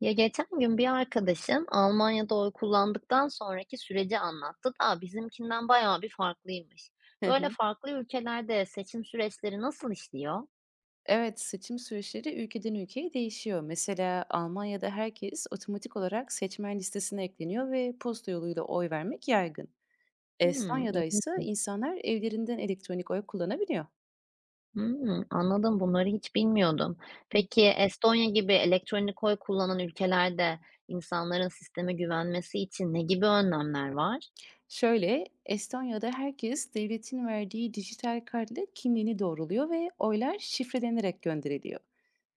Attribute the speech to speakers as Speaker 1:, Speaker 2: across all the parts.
Speaker 1: Ya, geçen gün bir arkadaşım Almanya'da oy kullandıktan sonraki süreci anlattı da bizimkinden bayağı bir farklıymış.
Speaker 2: Hı
Speaker 1: Böyle
Speaker 2: hı.
Speaker 1: farklı ülkelerde seçim süreçleri nasıl işliyor?
Speaker 2: Evet, seçim süreçleri ülkeden ülkeye değişiyor. Mesela Almanya'da herkes otomatik olarak seçmen listesine ekleniyor ve posta yoluyla oy vermek yaygın.
Speaker 1: Hmm,
Speaker 2: Estonya'da ise
Speaker 1: ilginçmiş.
Speaker 2: insanlar evlerinden elektronik oy kullanabiliyor.
Speaker 1: Hmm, anladım, bunları hiç bilmiyordum.
Speaker 2: Hı.
Speaker 1: Peki Estonya gibi elektronik oy kullanan ülkelerde insanların sisteme güvenmesi için ne gibi önlemler var?
Speaker 2: Şöyle, Estonya'da herkes devletin verdiği dijital kart ile kimliğini doğruluyor ve oylar şifrelenerek gönderiliyor.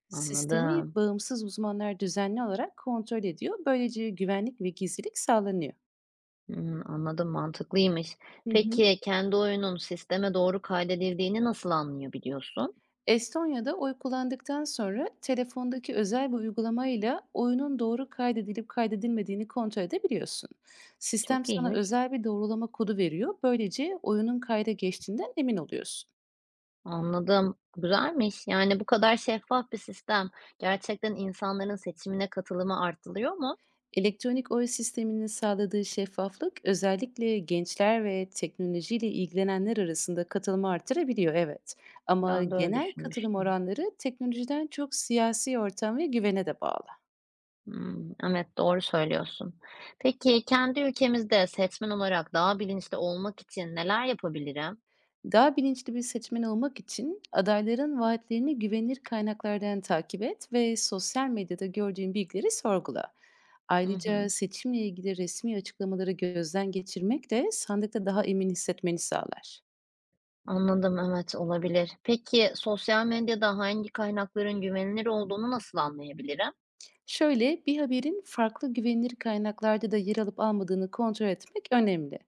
Speaker 2: Sistemi
Speaker 1: Anladım.
Speaker 2: bağımsız uzmanlar düzenli olarak kontrol ediyor. Böylece güvenlik ve gizlilik sağlanıyor.
Speaker 1: Hmm, anladım, mantıklıymış.
Speaker 2: Hı hı.
Speaker 1: Peki kendi oyunun sisteme doğru kaydedildiğini nasıl anlayabiliyorsun?
Speaker 2: Estonya'da oy kullandıktan sonra telefondaki özel bir uygulamayla oyunun doğru kaydedilip kaydedilmediğini kontrol edebiliyorsun. Sistem
Speaker 1: Çok
Speaker 2: sana
Speaker 1: iyiymiş.
Speaker 2: özel bir doğrulama kodu veriyor. Böylece oyunun kayda geçtiğinden emin oluyorsun.
Speaker 1: Anladım. Güzelmiş. Yani bu kadar şeffaf bir sistem gerçekten insanların seçimine katılımı arttırıyor mu?
Speaker 2: Elektronik oy sisteminin sağladığı şeffaflık özellikle gençler ve teknolojiyle ilgilenenler arasında katılımı artırabiliyor evet. Ama
Speaker 1: Ben de öyle
Speaker 2: genel katılım
Speaker 1: düşünmüştüm.
Speaker 2: oranları teknolojiden çok siyasi ortam ve güvene de bağlı.
Speaker 1: Hmm, evet, doğru söylüyorsun. Peki kendi ülkemizde seçmen olarak daha bilinçli olmak için neler yapabilirim?
Speaker 2: Daha bilinçli bir seçmen olmak için adayların vaatlerini güvenilir kaynaklardan takip et ve sosyal medyada gördüğün bilgileri sorgula.
Speaker 1: Hı
Speaker 2: Ayrıca
Speaker 1: hı.
Speaker 2: seçimle ilgili resmi açıklamaları gözden geçirmek de sandıkta daha emin hissetmeni sağlar.
Speaker 1: Anladım, evet, olabilir. Peki sosyal medyada hangi kaynakların güvenilir olduğunu nasıl anlayabilirim?
Speaker 2: Şöyle, bir haberin farklı güvenilir kaynaklarda da yer alıp almadığını kontrol etmek önemli.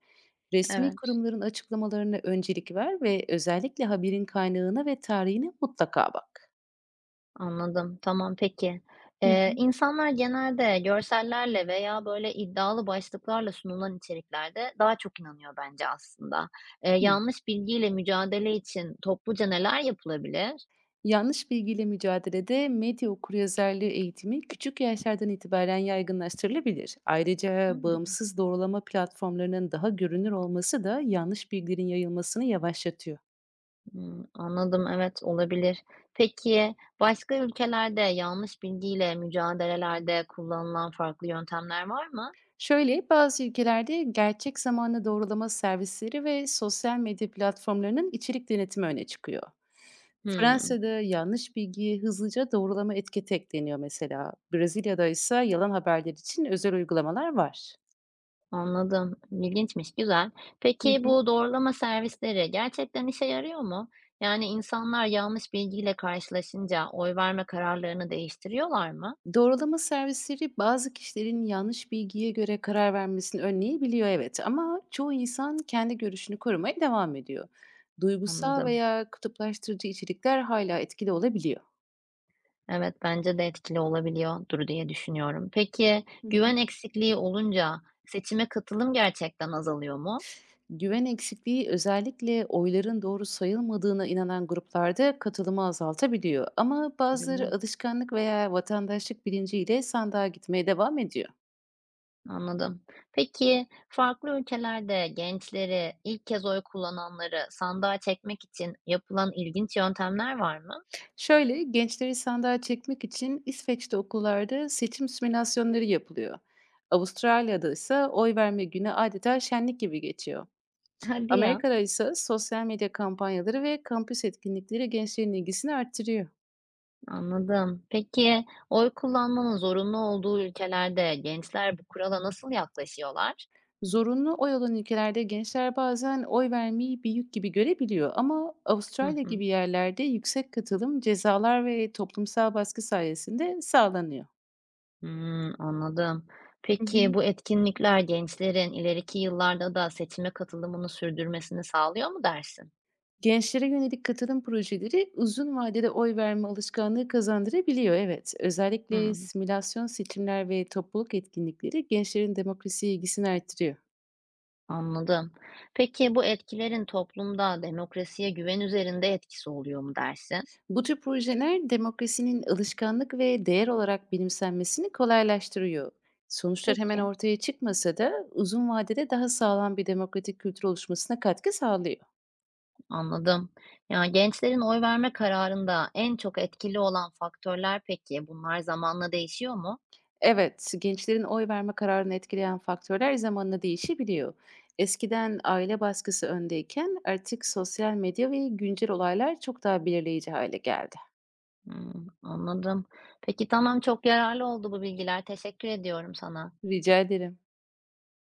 Speaker 2: Resmi
Speaker 1: Evet.
Speaker 2: kurumların açıklamalarına öncelik ver ve özellikle haberin kaynağına ve tarihine mutlaka bak.
Speaker 1: Anladım, tamam, peki.
Speaker 2: Hı hı.
Speaker 1: İnsanlar genelde görsellerle veya böyle iddialı başlıklarla sunulan içeriklerde daha çok inanıyor bence aslında.
Speaker 2: Hı.
Speaker 1: Yanlış bilgiyle mücadele için topluca neler yapılabilir?
Speaker 2: Yanlış bilgiyle mücadelede medya okuryazarlığı eğitimi küçük yaşlardan itibaren yaygınlaştırılabilir. Ayrıca
Speaker 1: Hımm.
Speaker 2: bağımsız doğrulama platformlarının daha görünür olması da yanlış bilgilerin yayılmasını yavaşlatıyor.
Speaker 1: Hımm, anladım, evet, olabilir. Peki, başka ülkelerde yanlış bilgiyle mücadelelerde kullanılan farklı yöntemler var mı?
Speaker 2: Şöyle, bazı ülkelerde gerçek zamanlı doğrulama servisleri ve sosyal medya platformlarının içerik denetimi öne çıkıyor.
Speaker 1: Hımm.
Speaker 2: Fransa'da yanlış bilgiye hızlıca doğrulama etiketi ekleniyor mesela. Brezilya'da ise yalan haberler için özel uygulamalar var.
Speaker 1: Anladım. İlginçmiş, güzel.
Speaker 2: Hı
Speaker 1: Peki
Speaker 2: hı.
Speaker 1: bu doğrulama servisleri gerçekten işe yarıyor mu? Yani insanlar yanlış bilgiyle karşılaşınca oy verme kararlarını değiştiriyorlar mı?
Speaker 2: Doğrulama servisleri bazı kişilerin yanlış bilgiye göre karar vermesini önleyebiliyor evet ama çoğu insan kendi görüşünü korumaya devam ediyor. Duygusal
Speaker 1: Anladım.
Speaker 2: veya kutuplaştırıcı içerikler hala etkili olabiliyor.
Speaker 1: Evet, bence de etkili olabiliyordur diye düşünüyorum. Peki güven eksikliği olunca seçime katılım gerçekten azalıyor mu?
Speaker 2: Güven eksikliği özellikle oyların doğru sayılmadığına inanan gruplarda katılımı azaltabiliyor. Ama
Speaker 1: Değil mi?
Speaker 2: bazıları alışkanlık veya vatandaşlık bilinciyle sandığa gitmeye devam ediyor.
Speaker 1: Anladım. Peki farklı ülkelerde gençleri, ilk kez oy kullananları sandığa çekmek için yapılan ilginç yöntemler var mı?
Speaker 2: Şöyle gençleri sandığa çekmek için İsveç'te okullarda seçim simülasyonları yapılıyor. Avustralya'da ise oy verme günü adeta şenlik gibi geçiyor.
Speaker 1: Hadi ya.
Speaker 2: Amerika'da ise sosyal medya kampanyaları ve kampüs etkinlikleri gençlerin ilgisini arttırıyor.
Speaker 1: Anladım. Peki oy kullanmanın zorunlu olduğu ülkelerde gençler bu kurala nasıl yaklaşıyorlar?
Speaker 2: Zorunlu oy olan ülkelerde gençler bazen oy vermeyi bir yük gibi görebiliyor ama
Speaker 1: Hı
Speaker 2: Avustralya gibi
Speaker 1: hı.
Speaker 2: yerlerde yüksek katılım cezalar ve toplumsal baskı sayesinde sağlanıyor.
Speaker 1: Hımm, anladım.
Speaker 2: Hı
Speaker 1: Peki
Speaker 2: hı.
Speaker 1: bu etkinlikler gençlerin ileriki yıllarda da seçime katılımını sürdürmesini sağlıyor mu dersin?
Speaker 2: Gençlere yönelik katılım projeleri uzun vadede oy verme alışkanlığı kazandırabiliyor. Evet, özellikle
Speaker 1: Hımm,
Speaker 2: simülasyon seçimler ve topluluk etkinlikleri gençlerin demokrasi ilgisini artırıyor.
Speaker 1: anladım. Peki bu etkilerin toplumda demokrasiye güven üzerinde etkisi oluyor mu dersin?
Speaker 2: Bu tür projeler demokrasinin alışkanlık ve değer olarak benimsenmesini kolaylaştırıyor. Sonuçlar hemen
Speaker 1: Peki,
Speaker 2: ortaya çıkmasa da uzun vadede daha sağlam bir demokratik kültür oluşmasına katkı sağlıyor.
Speaker 1: anladım. Ya, gençlerin oy verme kararında en çok etkili olan faktörler, peki bunlar zamanla değişiyor mu?
Speaker 2: Evet, gençlerin oy verme kararını etkileyen faktörler zamanla değişebiliyor. Eskiden aile baskısı öndeyken artık sosyal medya ve güncel olaylar çok daha belirleyici hale geldi.
Speaker 1: Hımm, anladım. Peki, tamam, çok yararlı oldu bu bilgiler. Teşekkür ediyorum sana.
Speaker 2: Rica ederim.